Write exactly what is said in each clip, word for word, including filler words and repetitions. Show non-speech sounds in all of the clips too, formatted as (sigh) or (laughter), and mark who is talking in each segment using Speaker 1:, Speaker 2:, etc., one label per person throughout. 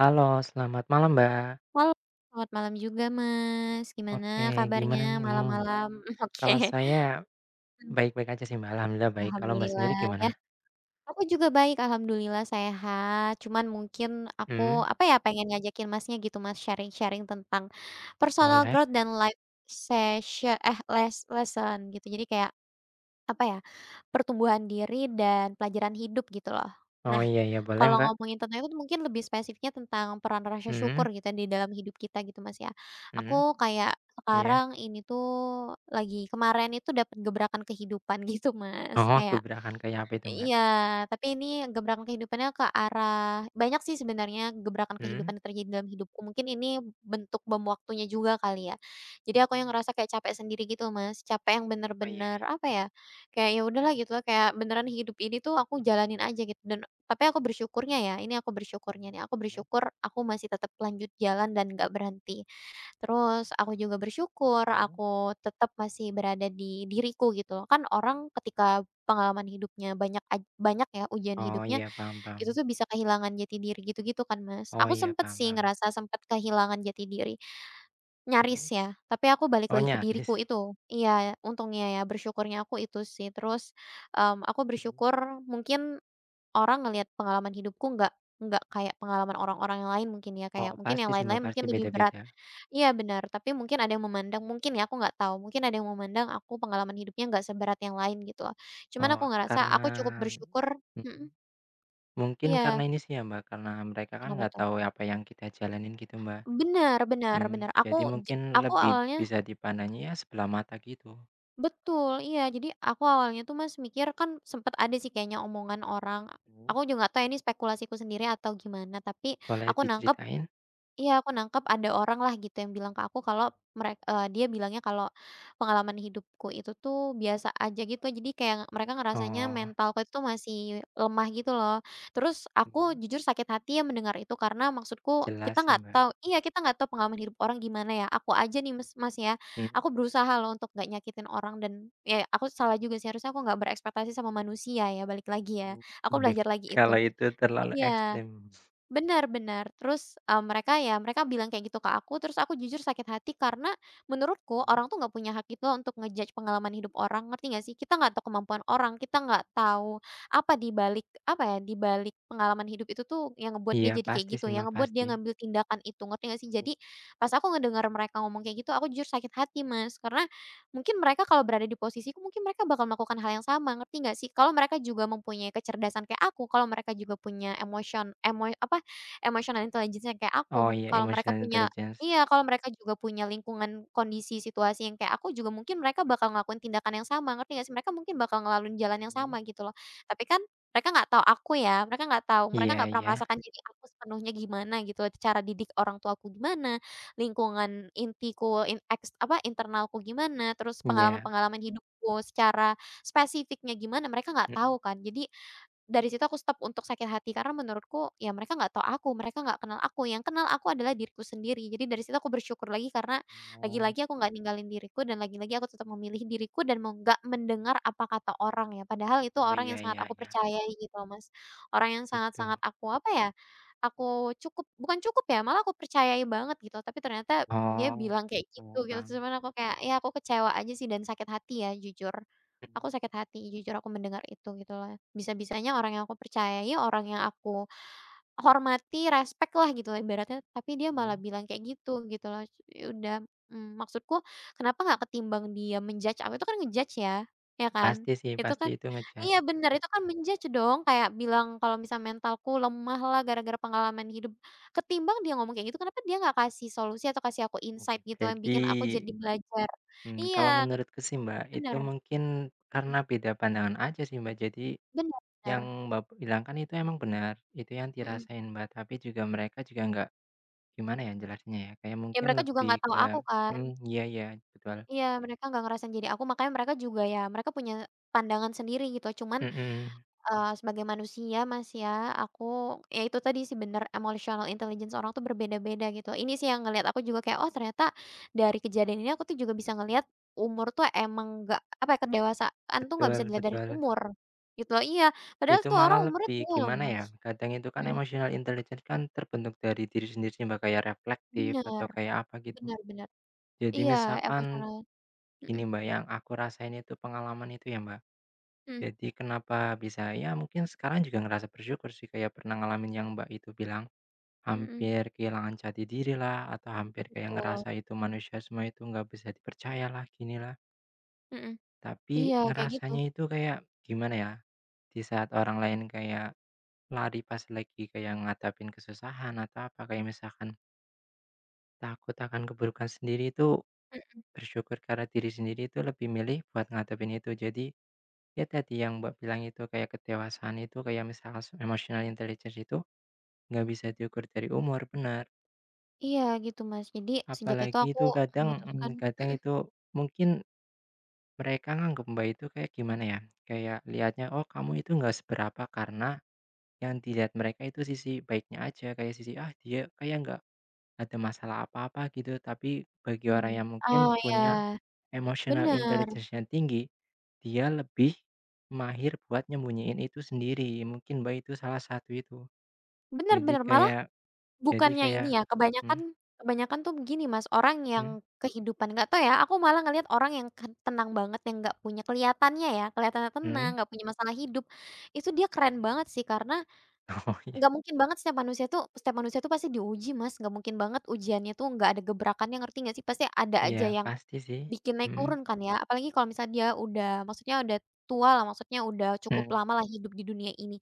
Speaker 1: Halo, selamat malam, Mbak.
Speaker 2: Halo, selamat malam juga, Mas. Gimana
Speaker 1: Oke, gimana
Speaker 2: kabarnya
Speaker 1: nih? Mmm,
Speaker 2: malam-malam? (laughs)
Speaker 1: kalau
Speaker 2: Oke.
Speaker 1: saya baik-baik aja sih, Mbak, alhamdulillah baik. Kalau Mbak
Speaker 2: Alhamdulillah
Speaker 1: sendiri gimana?
Speaker 2: ya, aku juga baik alhamdulillah sehat, cuman mungkin aku,
Speaker 1: Mhm,
Speaker 2: apa ya, pengen ngajakin Masnya gitu Mas, sharing-sharing tentang personal
Speaker 1: boleh.
Speaker 2: growth dan life sessio eh, les lesson gitu. Jadi kayak, apa ya, pertumbuhan diri dan pelajaran hidup gitu loh.
Speaker 1: Oh,
Speaker 2: Nah,
Speaker 1: iya iya, boleh,
Speaker 2: kalau
Speaker 1: Mbak.
Speaker 2: ngomongin tentang itu mungkin lebih spesifiknya tentang peran rasa
Speaker 1: Mhm
Speaker 2: syukur gitu ya di dalam hidup kita gitu, Mas, ya.
Speaker 1: mhm,
Speaker 2: Aku kayak
Speaker 1: iya.
Speaker 2: sekarang ini tuh lagi kemarin itu dapat gebrakan kehidupan (laughs) gitu, Mas,
Speaker 1: Oh,
Speaker 2: kayak
Speaker 1: gebrakan kayak apa itu, Mbak?
Speaker 2: iya, tapi ini gebrakan kehidupannya ke arah banyak sih sebenarnya gebrakan
Speaker 1: Mhm.
Speaker 2: kehidupan yang terjadi dalam hidupku, mungkin ini bentuk bom waktunya juga kali ya. Jadi aku yang ngerasa kayak capek sendiri gitu Mas, capek yang
Speaker 1: Oh, iya
Speaker 2: bener-bener
Speaker 1: iya.
Speaker 2: apa ya, kayak ya udahlah gitu loh, kayak beneran hidup ini tuh aku jalanin aja gitu dan tapi aku bersyukurnya ya, ini aku bersyukurnya
Speaker 1: Mhm
Speaker 2: nih, aku
Speaker 1: mhm
Speaker 2: bersyukur aku masih tetap lanjut jalan dan nggak berhenti. Terus aku juga bersyukur
Speaker 1: mhm.
Speaker 2: aku tetap masih berada di diriku gitu loh. Kan orang ketika pengalaman hidupnya banyak aj banyak ya ujian
Speaker 1: Oh,
Speaker 2: hidupnya,
Speaker 1: iya, paham paham.
Speaker 2: itu tuh bisa kehilangan jati diri gitu-gitu kan, Mas.
Speaker 1: Oh,
Speaker 2: Aku
Speaker 1: iya,
Speaker 2: sempet
Speaker 1: paham
Speaker 2: sih
Speaker 1: paham.
Speaker 2: ngerasa sempet kehilangan jati diri, nyaris
Speaker 1: Mhm.
Speaker 2: ya, tapi aku balik
Speaker 1: Oh,
Speaker 2: lagi ke diriku
Speaker 1: nyaris?
Speaker 2: itu. Iya, untungnya ya bersyukurnya aku itu sih. Terus, mmm, aku
Speaker 1: Mhm.
Speaker 2: bersyukur mungkin orang ngelihat pengalaman hidupku nggak nggak kayak pengalaman orang-orang yang lain mungkin ya,
Speaker 1: Oh,
Speaker 2: kayak mungkin yang
Speaker 1: pasti sih, Mbak,
Speaker 2: lain-lain mungkin
Speaker 1: pasti
Speaker 2: lebih berat.
Speaker 1: beda-beda.
Speaker 2: Iya benar, tapi mungkin ada yang memandang mungkin ya, aku nggak tahu, mungkin ada yang memandang aku pengalaman hidupnya nggak seberat yang lain gitu loh. Cuman aku
Speaker 1: Oh,
Speaker 2: ngerasa
Speaker 1: karena
Speaker 2: aku cukup bersyukur
Speaker 1: mhm.
Speaker 2: mhm,
Speaker 1: Mungkin karena
Speaker 2: iya,
Speaker 1: ini sih ya, Mbak, karena mereka kan
Speaker 2: kenapa
Speaker 1: nggak
Speaker 2: tuh?
Speaker 1: tahu apa yang kita jalanin gitu, Mbak.
Speaker 2: Benar benar
Speaker 1: Mhm,
Speaker 2: benar, aku
Speaker 1: jadi
Speaker 2: ja
Speaker 1: mungkin
Speaker 2: aku
Speaker 1: lebih
Speaker 2: awalnya
Speaker 1: bisa dipandangnya ya sebelah mata gitu.
Speaker 2: betul, iya. Jadi aku awalnya tuh Mas mikir kan sempet ada sih kayaknya omongan orang,
Speaker 1: Mhm.
Speaker 2: aku juga nggak tahu ya ini spekulasiku sendiri atau gimana, tapi
Speaker 1: Boleh
Speaker 2: aku nangkep
Speaker 1: diceritain?
Speaker 2: iya, aku nangkep ada orang lah gitu yang bilang ke aku kalau mereka dia bilangnya kalau pengalaman hidupku itu tuh biasa aja gitu, jadi kayak mereka ngerasanya
Speaker 1: Oh,
Speaker 2: mentalku itu tuh masih lemah gitu loh. Terus aku
Speaker 1: mhm.
Speaker 2: jujur sakit hati ya mendengar itu karena maksudku
Speaker 1: Jelas
Speaker 2: kita
Speaker 1: sih,
Speaker 2: nggak
Speaker 1: Mbak.
Speaker 2: tahu iya, kita nggak tahu pengalaman hidup orang gimana ya. Aku aja nih mas Mas, ya,
Speaker 1: Mhm.
Speaker 2: aku berusaha loh untuk nggak nyakitin orang dan ya aku salah juga sih, harusnya aku nggak berekspektasi sama manusia ya, balik lagi ya.
Speaker 1: Mhm,
Speaker 2: Aku
Speaker 1: mhm.
Speaker 2: belajar lagi itu.
Speaker 1: Kalau itu terlalu
Speaker 2: Iya
Speaker 1: ekstrim.
Speaker 2: benar-benar. Terus, eee, mereka ya mereka bilang kayak gitu ke aku, terus aku jujur sakit hati karena menurutku
Speaker 1: Mhm.
Speaker 2: orang tuh nggak punya hak itu untuk ngejudge pengalaman hidup orang, ngerti nggak sih? Kita nggak tahu kemampuan orang, kita nggak tahu apa di balik, apa ya, di balik pengalaman hidup itu tuh yang ngebuat dia
Speaker 1: Iya
Speaker 2: jadi kayak
Speaker 1: pasti
Speaker 2: gitu,
Speaker 1: sih,
Speaker 2: yang
Speaker 1: Mbak,
Speaker 2: ngebuat dia
Speaker 1: pasti.
Speaker 2: ngambil tindakan itu, ngerti nggak sih? Jadi pas aku ngedengar mereka ngomong kayak gitu, aku jujur sakit hati, Mas, karena mungkin mereka kalau berada di posisiku mungkin mereka bakal melakukan hal yang sama, ngerti nggak sih? Kalau mereka juga mempunyai kecerdasan kayak aku, kalau mereka juga punya emosion emo apa emotional intelligence yang kayak
Speaker 1: Oh
Speaker 2: aku,
Speaker 1: iya,
Speaker 2: kalau mereka
Speaker 1: emotional
Speaker 2: punya
Speaker 1: intelligence.
Speaker 2: iya, kalau mereka juga punya lingkungan, kondisi, situasi yang kayak aku juga mungkin mereka bakal ngelakuin tindakan yang sama, ngerti nggak sih? Mereka mungkin bakal ngelaluin jalan yang
Speaker 1: Mhm.
Speaker 2: sama gitu loh. Tapi kan mereka nggak tahu aku ya, mereka nggak tahu, mereka
Speaker 1: Iya
Speaker 2: nggak pernah
Speaker 1: iya,
Speaker 2: merasakan jadi aku sepenuhnya gimana gitu, cara didik orang tuaku gimana, lingkungan intiku, in eks apa, internalku gimana, terus
Speaker 1: iya.
Speaker 2: pengalaman-pengalaman hidupku secara spesifiknya gimana, mereka nggak tahu
Speaker 1: Mhm.
Speaker 2: kan. Jadi dari situ aku stop untuk sakit hati karena menurutku ya mereka nggak tahu aku, mereka nggak kenal aku, yang kenal aku adalah diriku sendiri. Jadi dari situ aku bersyukur lagi karena
Speaker 1: Mhm, oh.
Speaker 2: lagi-lagi aku nggak ninggalin diriku dan lagi-lagi aku tetap memilih diriku dan mau nggak mendengar apa kata orang ya. Padahal itu
Speaker 1: Oh,
Speaker 2: orang
Speaker 1: iya
Speaker 2: yang sangat
Speaker 1: iya
Speaker 2: aku
Speaker 1: iya,
Speaker 2: percayai gitu loh, Mas. Orang yang
Speaker 1: gitu.
Speaker 2: sangat-sangat aku apa ya, aku cukup bukan cukup ya, malah aku percayai banget gitu, tapi ternyata dia
Speaker 1: Mhm.
Speaker 2: bilang kayak
Speaker 1: Oh,
Speaker 2: gitu gitu.
Speaker 1: paham.
Speaker 2: Cuman aku kayak ya aku kecewa aja sih dan sakit hati ya jujur. Aku
Speaker 1: Mhm.
Speaker 2: sakit hati jujur aku mendengar itu gitu loh. Bisa-bisanya orang yang aku percayai, orang yang aku hormati, respect lah gitu lah ibaratnya, tapi dia
Speaker 1: Mhm,
Speaker 2: malah
Speaker 1: mhm.
Speaker 2: bilang kayak gitu, gitu loh. Ya udah, mmm, maksudku kenapa nggak ketimbang dia menjudge aku, itu kan ngejudge ya, ya kan?
Speaker 1: Pasti sih,
Speaker 2: Itu
Speaker 1: pasti
Speaker 2: kan
Speaker 1: itu
Speaker 2: iya
Speaker 1: nge-judge.
Speaker 2: bener, itu kan menjudge dong, kayak bilang kalau misal mentalku lemah lah gara-gara pengalaman hidup. Ketimbang dia ngomong kayak gitu, kenapa dia nggak kasih solusi atau kasih aku insight gitu yang
Speaker 1: Jadi,
Speaker 2: bikin aku jadi belajar.
Speaker 1: mmm, kalau
Speaker 2: Iya,
Speaker 1: menurutku sih, Mbak, itu
Speaker 2: bener,
Speaker 1: mungkin
Speaker 2: mhm,
Speaker 1: karena beda pandangan aja sih, Mbak. Jadi
Speaker 2: bener
Speaker 1: yang
Speaker 2: bener.
Speaker 1: Mbak bilang kan itu emang benar, itu yang
Speaker 2: Mhm.
Speaker 1: dirasain, Mbak, tapi juga mereka juga nggak gimana ya jelasinnya ya, kayak
Speaker 2: Ya
Speaker 1: mungkin
Speaker 2: mereka juga
Speaker 1: lebih
Speaker 2: nggak tahu
Speaker 1: ke,
Speaker 2: aku kan.
Speaker 1: "Mmm, iya iya, betul,
Speaker 2: Iya, mereka nggak ngerasain jadi aku, makanya mereka juga ya mereka punya pandangan sendiri gitu. Cuman,
Speaker 1: mhm,
Speaker 2: eee, sebagai manusia, Mas, ya, aku ya itu tadi sih bener emotional intelligence orang tuh berbeda-beda gitu. Ini sih yang ngelihat aku juga kayak, "Oh ternyata dari kejadian ini aku tuh juga bisa ngelihat umur tuh emang nggak apa ya, kedewasaan tuh nggak bisa
Speaker 1: betul
Speaker 2: dilihat dari
Speaker 1: betul."
Speaker 2: umur." Gitu. Iya, padahal
Speaker 1: Itu
Speaker 2: tuh orang
Speaker 1: malah
Speaker 2: umurnya
Speaker 1: lebih
Speaker 2: tua loh,
Speaker 1: gimana
Speaker 2: Mas.
Speaker 1: ya, kadang itu kan
Speaker 2: Mhm.
Speaker 1: emotional intelligence kan terbentuk dari diri sendiri sih, Mbak, kayak reflektif
Speaker 2: Bener
Speaker 1: atau kayak apa gitu.
Speaker 2: bener bener.
Speaker 1: Jadi
Speaker 2: Iya,
Speaker 1: misalkan
Speaker 2: emotional. Mhm.
Speaker 1: gini Mbak, yang aku rasain itu pengalaman itu ya Mbak,
Speaker 2: mhm
Speaker 1: jadi kenapa bisa ya mungkin sekarang juga ngerasa bersyukur sih kayak pernah ngalamin yang Mbak itu bilang,
Speaker 2: mhm.
Speaker 1: hampir kehilangan jati diri lah, atau hampir kayak
Speaker 2: Betul.
Speaker 1: ngerasa itu manusia semua itu nggak bisa dipercaya dipercayalah, ginilah.
Speaker 2: Mhm.
Speaker 1: Tapi
Speaker 2: Iya, kayak gitu.
Speaker 1: ngerasanya itu kayak gimana ya, di saat orang lain kayak lari pas lagi kayak ngadapin kesusahan atau apa, kayak misalkan takut akan keburukan sendiri itu
Speaker 2: Mhm,
Speaker 1: bersyukur karena diri sendiri itu lebih milih buat ngadepin itu. Jadi ya tadi yang Mbak bilang itu kayak kedewasaan itu kayak misalnya se emotional intelligence itu nggak bisa diukur dari umur, benar.
Speaker 2: iya gitu, Mas. Jadi sejak itu
Speaker 1: Apalagi
Speaker 2: aku
Speaker 1: itu kadang
Speaker 2: memutuskan
Speaker 1: mmm, kadang
Speaker 2: mhm,
Speaker 1: itu mungkin mereka nganggep Mbak itu kayak gimana ya, kayak lihatnya, "Oh kamu itu nggak seberapa," karena yang dilihat mereka itu sisi baiknya aja, kayak sisi, "Ah dia kayak nggak ada masalah apa-apa," gitu. Tapi bagi orang
Speaker 2: mmm.
Speaker 1: yang mungkin
Speaker 2: Oh,
Speaker 1: punya
Speaker 2: iya.
Speaker 1: emotional
Speaker 2: Bener.
Speaker 1: intelligence-nya tinggi, dia lebih mahir buat nyembunyiin itu sendiri, mungkin, Mbak, itu salah satu itu.
Speaker 2: Bener
Speaker 1: Jadi
Speaker 2: bener, malah
Speaker 1: kayak jadi
Speaker 2: bukannya
Speaker 1: kayak
Speaker 2: ini ya,
Speaker 1: mhm
Speaker 2: kebanyakan kebanyakan tuh begini, Mas, orang yang
Speaker 1: mhm
Speaker 2: kehidupan nggak tahu ya, aku malah ngelihat orang yang ken tenang banget, yang nggak punya kelihatannya ya, kelihatannya tenang,
Speaker 1: mhm?
Speaker 2: nggak punya masalah hidup, itu dia keren banget sih karena
Speaker 1: (laughs) Oh, iya
Speaker 2: nggak mungkin banget setiap manusia tuh setiap manusia tuh pasti diuji, Mas, nggak mungkin banget ujiannya tuh nggak ada gebrakannya, ngerti nggak sih? Pasti ada
Speaker 1: iya,
Speaker 2: aja yang
Speaker 1: pasti sih,
Speaker 2: bikin naik
Speaker 1: mhm
Speaker 2: turun kan ya, apalagi kalau misalnya dia udah maksudnya udah tua lah, maksudnya udah cukup
Speaker 1: mhm,
Speaker 2: lama lah hidup di dunia ini.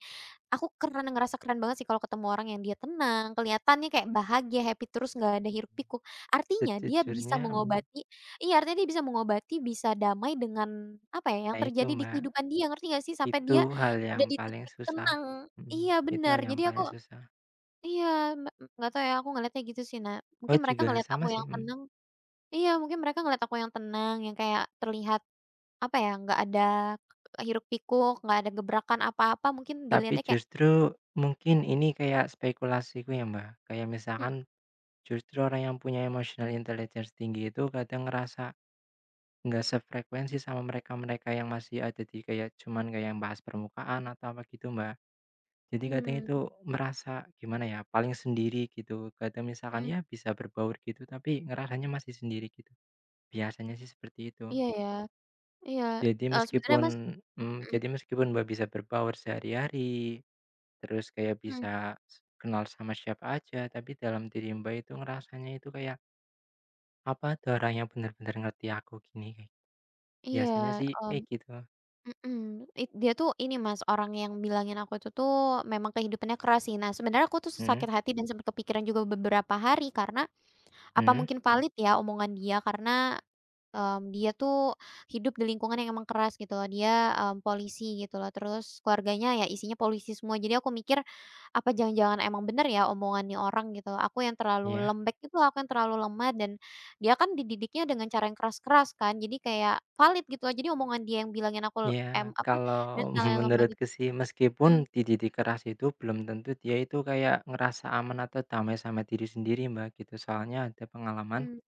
Speaker 2: Aku keren ngerasa keren banget sih kalau ketemu orang yang dia tenang, kelihatannya kayak bahagia, happy terus, nggak ada hiruk pikuk. Artinya dia bisa
Speaker 1: sejujurnya mhm,
Speaker 2: mengobati iya, artinya dia bisa mengobati, bisa damai dengan, apa ya, yang
Speaker 1: nah itu,
Speaker 2: terjadi di
Speaker 1: Mbak,
Speaker 2: kehidupan dia, ngerti nggak sih? Sampai
Speaker 1: itu
Speaker 2: dia
Speaker 1: hal
Speaker 2: udah
Speaker 1: yang
Speaker 2: di
Speaker 1: paling
Speaker 2: titik
Speaker 1: susah,
Speaker 2: tenang
Speaker 1: mhm,
Speaker 2: iya,
Speaker 1: itu
Speaker 2: benar.
Speaker 1: hal yang
Speaker 2: Jadi aku
Speaker 1: paling susah.
Speaker 2: iya, me nggak tahu ya, aku ngeliatnya gitu sih, nah.
Speaker 1: Oh,
Speaker 2: Mungkin mereka
Speaker 1: juga
Speaker 2: ngeliat aku
Speaker 1: sama sih,
Speaker 2: yang
Speaker 1: mhm,
Speaker 2: tenang iya, mungkin mereka ngeliat aku yang tenang, yang kayak terlihat, apa ya, nggak ada hiruk-pikuk, nggak ada gebrakan apa-apa, mungkin
Speaker 1: tapi
Speaker 2: dilihatnya kayak,
Speaker 1: justru mungkin ini kayak spekulasiku ya, Mbak, kayak misalkan justru orang yang punya emotional intelligence tinggi itu kadang ngerasa nggak sefrekuensi sama mereka-mereka yang masih ada di kayak cuman kayak yang bahas permukaan atau apa gitu, Mbak. Jadi kadang
Speaker 2: hmm,
Speaker 1: itu merasa gimana ya, paling sendiri gitu. Kadang misalkan
Speaker 2: mhm,
Speaker 1: ya bisa berbaur gitu tapi ngerasanya masih sendiri gitu. Biasanya sih seperti itu.
Speaker 2: iya ya, iya,
Speaker 1: Jadi
Speaker 2: eee, sebenarnya
Speaker 1: meskipun
Speaker 2: Mas
Speaker 1: mmm,
Speaker 2: mhm
Speaker 1: jadi meskipun Mbak bisa berbaur sehari-hari, terus kayak
Speaker 2: mhm,
Speaker 1: bisa s kenal sama siapa aja, tapi dalam diri Mbak itu ngerasanya itu kayak apa ada orang yang benar-benar ngerti aku gini, kayak biasanya
Speaker 2: iya,
Speaker 1: sih
Speaker 2: mmm,
Speaker 1: kayak gitu.
Speaker 2: mhm, it dia tuh ini Mas, orang yang bilangin aku itu tuh memang kehidupannya keras sih. Nah, sebenarnya aku tuh
Speaker 1: Mhm
Speaker 2: sakit hati dan sempat kepikiran juga beberapa hari karena, apa
Speaker 1: mhm,
Speaker 2: mungkin valid ya omongan dia karena Mmm, dia tuh hidup di lingkungan yang emang keras gitu loh, dia, mmm, polisi gitu loh, terus keluarganya ya isinya polisi semua. Jadi aku mikir, apa jangan-jangan emang bener ya omongan nih orang gitu, aku yang terlalu
Speaker 1: iya.
Speaker 2: lembek itu, aku yang terlalu lemah dan dia kan dididiknya dengan cara yang keras-keras kan, jadi kayak valid gitu loh. Jadi omongan dia yang bilangin aku mmm,
Speaker 1: Ya,
Speaker 2: apa,
Speaker 1: kalau
Speaker 2: mentalnya
Speaker 1: (laughs)
Speaker 2: lemah gitu
Speaker 1: menurutku sih meskipun
Speaker 2: mhm
Speaker 1: dididik keras itu belum tentu dia itu kayak ngerasa aman atau damai sama diri sendiri, Mbak, gitu. Soalnya ada pengalaman
Speaker 2: mhm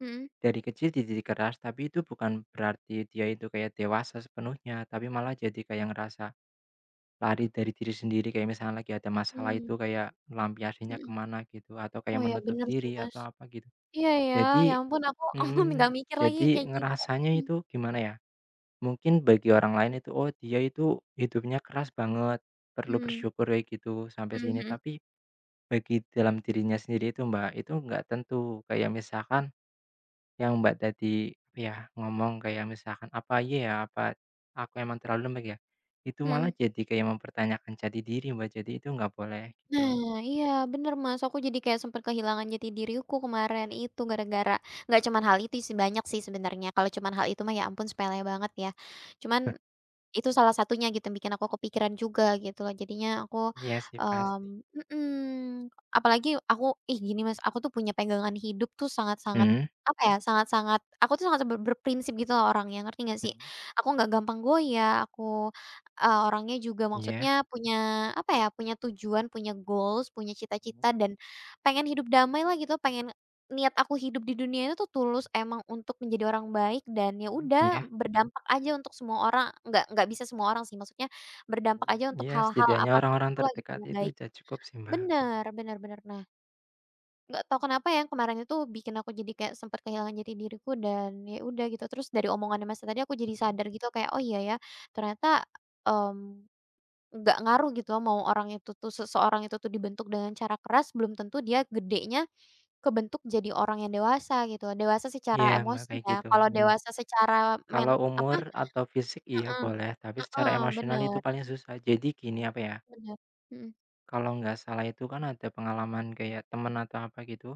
Speaker 2: mhm
Speaker 1: dari kecil dididik keras, tapi itu bukan berarti dia itu kayak dewasa sepenuhnya, tapi malah jadi kayak ngerasa lari dari diri sendiri, kayak misalnya lagi ada masalah
Speaker 2: mhm
Speaker 1: itu kayak melampiasinya
Speaker 2: mhm.
Speaker 1: kemana gitu, atau kayak
Speaker 2: Oh ya
Speaker 1: menutup
Speaker 2: bener sih,
Speaker 1: diri
Speaker 2: Mas.
Speaker 1: atau apa gitu.
Speaker 2: Iya ya, ya
Speaker 1: Jadi
Speaker 2: ampun aku (laughs)
Speaker 1: mhm,
Speaker 2: nggak mikir lagi
Speaker 1: jadi
Speaker 2: kayak gitu.
Speaker 1: ngerasanya
Speaker 2: Mhm
Speaker 1: itu gimana ya, mungkin bagi orang lain itu, "Oh dia itu hidupnya keras banget, perlu
Speaker 2: mhm,
Speaker 1: bersyukur," kayak gitu, sampai
Speaker 2: mhm
Speaker 1: sini.
Speaker 2: mhm
Speaker 1: Tapi bagi dalam dirinya sendiri itu, Mbak, itu nggak tentu. Kayak misalkan yang Mbak tadi apa ya ngomong kayak misalkan, "Apa iya ya, apa aku emang terlalu lembek ya?" Itu
Speaker 2: mhm.
Speaker 1: malah jadi kayak mempertanyakan jati diri, Mbak, jadi itu nggak boleh gitu.
Speaker 2: Nah, iya bener, Mas, aku jadi kayak sempat kehilangan jati diriku kemarin itu gara-gara nggak cuman hal itu sih, banyak sih sebenarnya, kalau cuman hal itu mah ya ampun sepele banget ya. Cuman itu salah satunya gitu yang bikin aku kepikiran juga gitu loh jadinya aku,
Speaker 1: Iya sih pasti.
Speaker 2: mmm, mhm, apalagi aku ih gini Mas, aku tuh punya pegangan hidup tuh sangat-sangat,
Speaker 1: Mhm,
Speaker 2: apa ya, sangat-sangat aku tuh sangat ber berprinsip gitu loh orangnya ngerti nggak sih?
Speaker 1: mhm,
Speaker 2: Aku nggak gampang goyah, aku, eee, orangnya juga maksudnya
Speaker 1: iya.
Speaker 2: punya, apa ya, punya tujuan, punya goals, punya
Speaker 1: Mhm
Speaker 2: cita-cita dan pengen hidup damai lah gitu, pengen niat aku hidup di dunia itu tuh tulus emang untuk menjadi orang baik dan ya
Speaker 1: mhm.
Speaker 2: udah
Speaker 1: Iya.
Speaker 2: berdampak aja untuk semua orang, nggak nggak bisa semua orang sih, maksudnya berdampak
Speaker 1: Mmm,
Speaker 2: aja untuk
Speaker 1: iya
Speaker 2: hal-hal
Speaker 1: setidaknya
Speaker 2: apapun pun
Speaker 1: orang-orang
Speaker 2: itulah gitu
Speaker 1: terdekat
Speaker 2: yang
Speaker 1: itu
Speaker 2: baik.
Speaker 1: udah cukup sih, Mbak.
Speaker 2: Bener bener bener. Nah, nggak tahu kenapa ya kemarin itu bikin aku jadi kayak sempat kehilangan jati diriku dan ya udah gitu. Terus dari omongannya Masnya tadi aku jadi
Speaker 1: Mhm.
Speaker 2: sadar gitu kayak, "Oh iya ya ternyata, mmm." Nggak ngaruh gitu loh mau orang itu tuh seseorang itu tuh dibentuk dengan cara keras, belum tentu dia gedenya kebentuk jadi orang yang dewasa gitu. Dewasa secara
Speaker 1: Iya, Mbak,
Speaker 2: emosi
Speaker 1: kayak
Speaker 2: ya,
Speaker 1: gitu.
Speaker 2: kalau
Speaker 1: Mhm.
Speaker 2: dewasa secara men
Speaker 1: Kalau
Speaker 2: apa
Speaker 1: umur atau fisik iya
Speaker 2: heeh
Speaker 1: boleh, tapi secara
Speaker 2: heeh,
Speaker 1: emosional itu
Speaker 2: bener
Speaker 1: paling susah. Jadi gini apa ya,
Speaker 2: bener. Mhm
Speaker 1: kalau nggak salah itu kan ada pengalaman kayak temen atau apa gitu,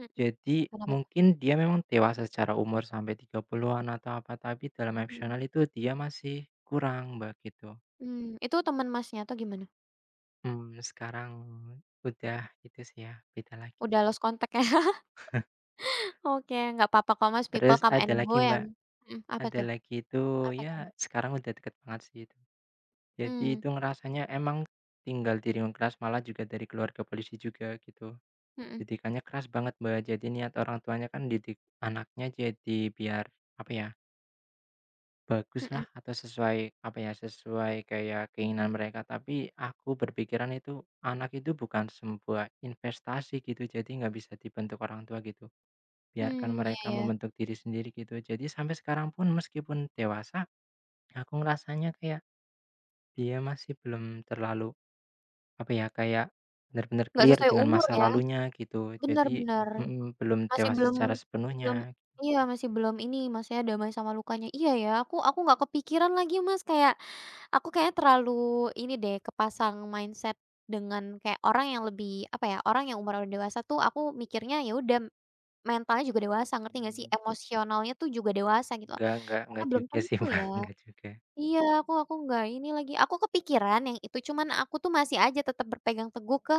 Speaker 2: mhm.
Speaker 1: jadi
Speaker 2: Kenapa tuh?
Speaker 1: mungkin dia memang dewasa secara umur sampai tiga puluhan-an atau apa, tapi dalam
Speaker 2: Mhm.
Speaker 1: emosional itu dia masih kurang, Mbak, gitu.
Speaker 2: Mmm, itu temen Masnya atau gimana?
Speaker 1: Mmm, sekarang udah gitu sih ya, beda lagi.
Speaker 2: Udah lost contact ya? (laughs) Oke, nggak apa-apa kok Mas, people
Speaker 1: Terus
Speaker 2: come and
Speaker 1: ada
Speaker 2: go
Speaker 1: lagi,
Speaker 2: yang
Speaker 1: Mbak.
Speaker 2: mhm, apa
Speaker 1: Ada
Speaker 2: tuh
Speaker 1: lagi itu,
Speaker 2: apa tuh?
Speaker 1: ya sekarang udah deket banget sih itu. Jadi
Speaker 2: Mmm,
Speaker 1: itu ngerasanya emang tinggal di lingkungan keras, malah juga dari keluarga polisi juga gitu.
Speaker 2: mhm
Speaker 1: Didikannya keras banget, Mbak. Jadi niat orang tuanya kan didik anaknya jadi biar apa ya, bagus
Speaker 2: mhm.
Speaker 1: lah atau sesuai apa ya, sesuai kayak keinginan mereka. Tapi aku berpikiran itu anak itu bukan sebuah investasi gitu. Jadi nggak bisa dibentuk orang tua gitu. Biarkan
Speaker 2: Mmm, iya
Speaker 1: mereka
Speaker 2: ya.
Speaker 1: membentuk diri sendiri gitu. Jadi sampai sekarang pun meskipun dewasa aku ngerasanya kayak dia masih belum terlalu, apa ya, kayak benar-benar
Speaker 2: Nggak
Speaker 1: clear
Speaker 2: sesuai
Speaker 1: dengan
Speaker 2: umur
Speaker 1: masa
Speaker 2: ya,
Speaker 1: lalunya gitu.
Speaker 2: bener
Speaker 1: Jadi
Speaker 2: bener.
Speaker 1: mhm, belum
Speaker 2: Masih
Speaker 1: dewasa
Speaker 2: belum
Speaker 1: secara
Speaker 2: belum
Speaker 1: sepenuhnya.
Speaker 2: iya, masih belum ini, maksudnya damai sama lukanya. Iya ya, aku aku nggak kepikiran lagi Mas, kayak aku kayaknya terlalu ini deh, kepasang mindset dengan kayak orang yang lebih, apa ya, orang yang umur udah dewasa tuh aku mikirnya ya udah mentalnya juga dewasa, ngerti nggak sih?
Speaker 1: Mmm.
Speaker 2: Emosionalnya tuh juga dewasa gitu loh.
Speaker 1: Enggak enggak
Speaker 2: Ternyata
Speaker 1: enggak
Speaker 2: belum
Speaker 1: juga sih,
Speaker 2: tentu
Speaker 1: (laughs)
Speaker 2: ya.
Speaker 1: bang enggak juga.
Speaker 2: Iya, aku aku nggak ini lagi, aku kepikiran yang itu, cuman aku tuh masih aja tetap berpegang teguh ke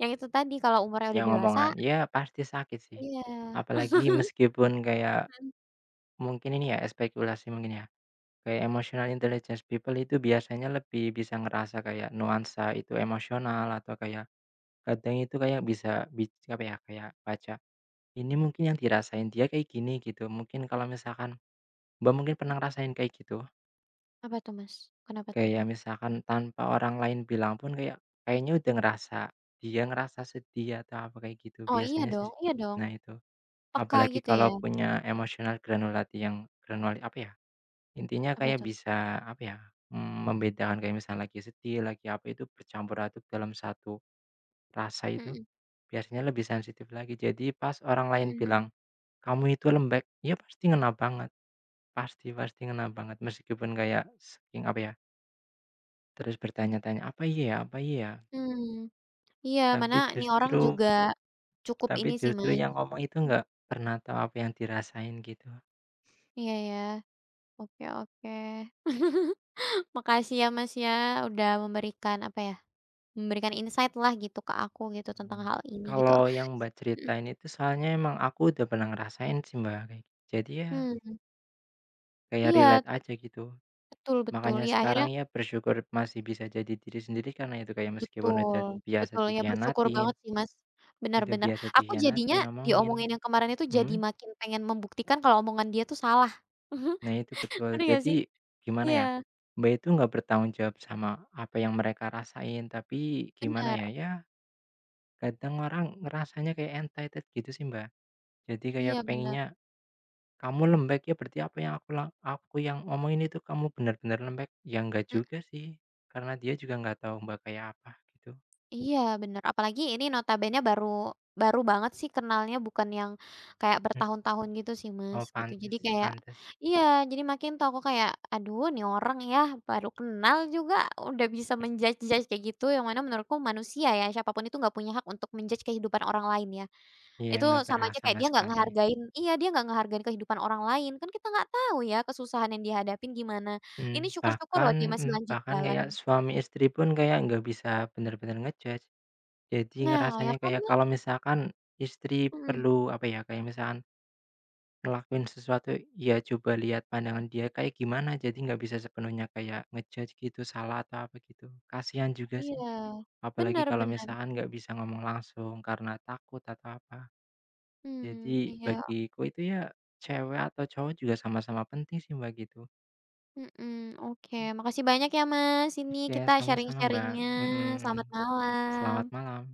Speaker 2: yang itu tadi, kalau umurnya
Speaker 1: Ya
Speaker 2: udah dewasa
Speaker 1: ngomongan, ya pasti sakit sih.
Speaker 2: iya.
Speaker 1: Apalagi meskipun kayak
Speaker 2: Mhm.
Speaker 1: mungkin ini ya spekulasi mungkin ya, kayak emotional intelligence people itu biasanya lebih bisa ngerasa kayak nuansa itu emosional atau kayak kadang itu kayak bisa bic apa ya, kayak baca ini mungkin yang dirasain dia kayak gini gitu, mungkin kalau misalkan Mbak mungkin pernah ngerasain kayak gitu?
Speaker 2: Apa tuh, Mas? Kenapa tuh?
Speaker 1: Kayak misalkan tanpa orang lain bilang pun kayak kayaknya udah ngerasa, dia ngerasa sedih atau apa kayak gitu
Speaker 2: Oh, iya
Speaker 1: biasanya sih.
Speaker 2: dong iya dong,
Speaker 1: Nah itu,
Speaker 2: peka
Speaker 1: apalagi
Speaker 2: gitu ya?
Speaker 1: kalau punya emosional granulati yang granuli apa ya, intinya
Speaker 2: Apa
Speaker 1: kayak
Speaker 2: tuh?
Speaker 1: bisa apa ya, mmm, membedakan kayak misal lagi sedih, lagi apa itu bercampur aduk dalam satu rasa itu
Speaker 2: Mhm
Speaker 1: biasanya lebih sensitif lagi. Jadi pas orang
Speaker 2: mhm
Speaker 1: lain
Speaker 2: mhm.
Speaker 1: bilang, "Kamu itu lembek," ya pasti ngena banget. Pasti pasti ngena banget meskipun kayak saking apa ya, terus bertanya-tanya, "Apa iya ya apa iya ya?"
Speaker 2: Mmm, iya, mana
Speaker 1: Tapi
Speaker 2: nih orang
Speaker 1: justru
Speaker 2: juga cukup
Speaker 1: tapi
Speaker 2: ini sih,
Speaker 1: justru
Speaker 2: Mas
Speaker 1: yang ngomong itu
Speaker 2: mhm,
Speaker 1: nggak pernah tahu apa yang dirasain gitu.
Speaker 2: iya ya, oke oke. (laughs) Makasih ya, Mas, ya, udah memberikan apa ya, memberikan insight-lah gitu ke aku gitu tentang
Speaker 1: Mmm.
Speaker 2: hal ini gitu.
Speaker 1: Kalau yang Mbak
Speaker 2: Mhm,
Speaker 1: ceritain itu soalnya emang aku udah pernah ngerasain sih Mbak, kayak gitu. Jadi ya
Speaker 2: mmm,
Speaker 1: kayak
Speaker 2: iya,
Speaker 1: relate
Speaker 2: terus
Speaker 1: aja gitu.
Speaker 2: betul betul,
Speaker 1: Makanya
Speaker 2: ya akhirnya
Speaker 1: sekarang ya bersyukur masih bisa jadi diri sendiri karena itu kayak meskipun udah
Speaker 2: betul
Speaker 1: biasa
Speaker 2: betul, ya bersyukur
Speaker 1: dikhianatin
Speaker 2: banget sih, Mas.
Speaker 1: udah
Speaker 2: Benar-benar
Speaker 1: biasa
Speaker 2: aku jadinya
Speaker 1: dikhianatin, omongin.
Speaker 2: diomongin yang kemarin itu
Speaker 1: Mhm.
Speaker 2: jadi makin pengen membuktikan kalau omongan dia tuh salah. (laughs)
Speaker 1: Nah itu betul.
Speaker 2: Ngerti gak
Speaker 1: Jadi
Speaker 2: sih?
Speaker 1: gimana ya,
Speaker 2: Iya,
Speaker 1: Mbak itu nggak bertanggung jawab sama apa yang mereka rasain, tapi gimana
Speaker 2: benar
Speaker 1: ya, ya kadang orang ngerasanya kayak entitled gitu sih, Mbak. Jadi kayak
Speaker 2: iya, benar
Speaker 1: pengennya, "Kamu lembek ya berarti apa yang aku lang aku yang omongin itu kamu benar-benar lembek." Ya nggak juga sih, karena dia juga nggak tahu Mbak kayak apa gitu.
Speaker 2: iya bener, apalagi ini notabene baru baru banget sih kenalnya, bukan yang kayak
Speaker 1: Mhm.
Speaker 2: bertahun-tahun gitu sih Mas,
Speaker 1: Oh
Speaker 2: gitu. Jadi
Speaker 1: pantes
Speaker 2: kayak
Speaker 1: pantes.
Speaker 2: iya, jadi makin tuh aku kayak, "Aduh nih orang ya, baru kenal juga udah bisa menjudge judge kayak gitu," yang mana menurutku manusia ya, siapapun itu nggak punya hak untuk menjudge kehidupan orang lain ya.
Speaker 1: Iya
Speaker 2: Itu
Speaker 1: nggak
Speaker 2: sama
Speaker 1: berhak
Speaker 2: aja kayak
Speaker 1: sama
Speaker 2: dia nggak
Speaker 1: sekali.
Speaker 2: ngehargain iya, dia nggak ngehargain kehidupan orang lain, kan kita nggak tahu ya kesusahan yang dihadapin gimana.
Speaker 1: Mmm,
Speaker 2: Ini syukur-syukur loh
Speaker 1: bahkan
Speaker 2: dia masih
Speaker 1: mmm,
Speaker 2: lanjut
Speaker 1: bahkan
Speaker 2: jalan.
Speaker 1: kayak suami istri pun kayak nggak bisa benar-benar ngejudge jadi
Speaker 2: Nah, ya
Speaker 1: ngerasanya
Speaker 2: kan
Speaker 1: kayak
Speaker 2: Mas?
Speaker 1: kalau misalkan istri
Speaker 2: Mhm.
Speaker 1: perlu, apa ya, kayak misalkan ngelakuin sesuatu, ya coba lihat pandangan dia kayak gimana, jadi nggak bisa sepenuhnya kayak ngejudge gitu, salah atau apa gitu. Kasihan juga sih,
Speaker 2: Iya,
Speaker 1: apalagi kalau
Speaker 2: benar-benar
Speaker 1: misalkan nggak bisa ngomong langsung karena takut atau apa.
Speaker 2: mmm,
Speaker 1: Jadi
Speaker 2: iya,
Speaker 1: bagiku itu ya cewek atau cowok juga sama-sama penting sih Mbak gitu.
Speaker 2: mhm, oke. Makasih banyak ya Mas, ini
Speaker 1: Oke,
Speaker 2: kita
Speaker 1: sama-sama Mbak,
Speaker 2: sharing-sharing-nya.
Speaker 1: mhm.
Speaker 2: Selamat
Speaker 1: Selamat
Speaker 2: malam.
Speaker 1: malam.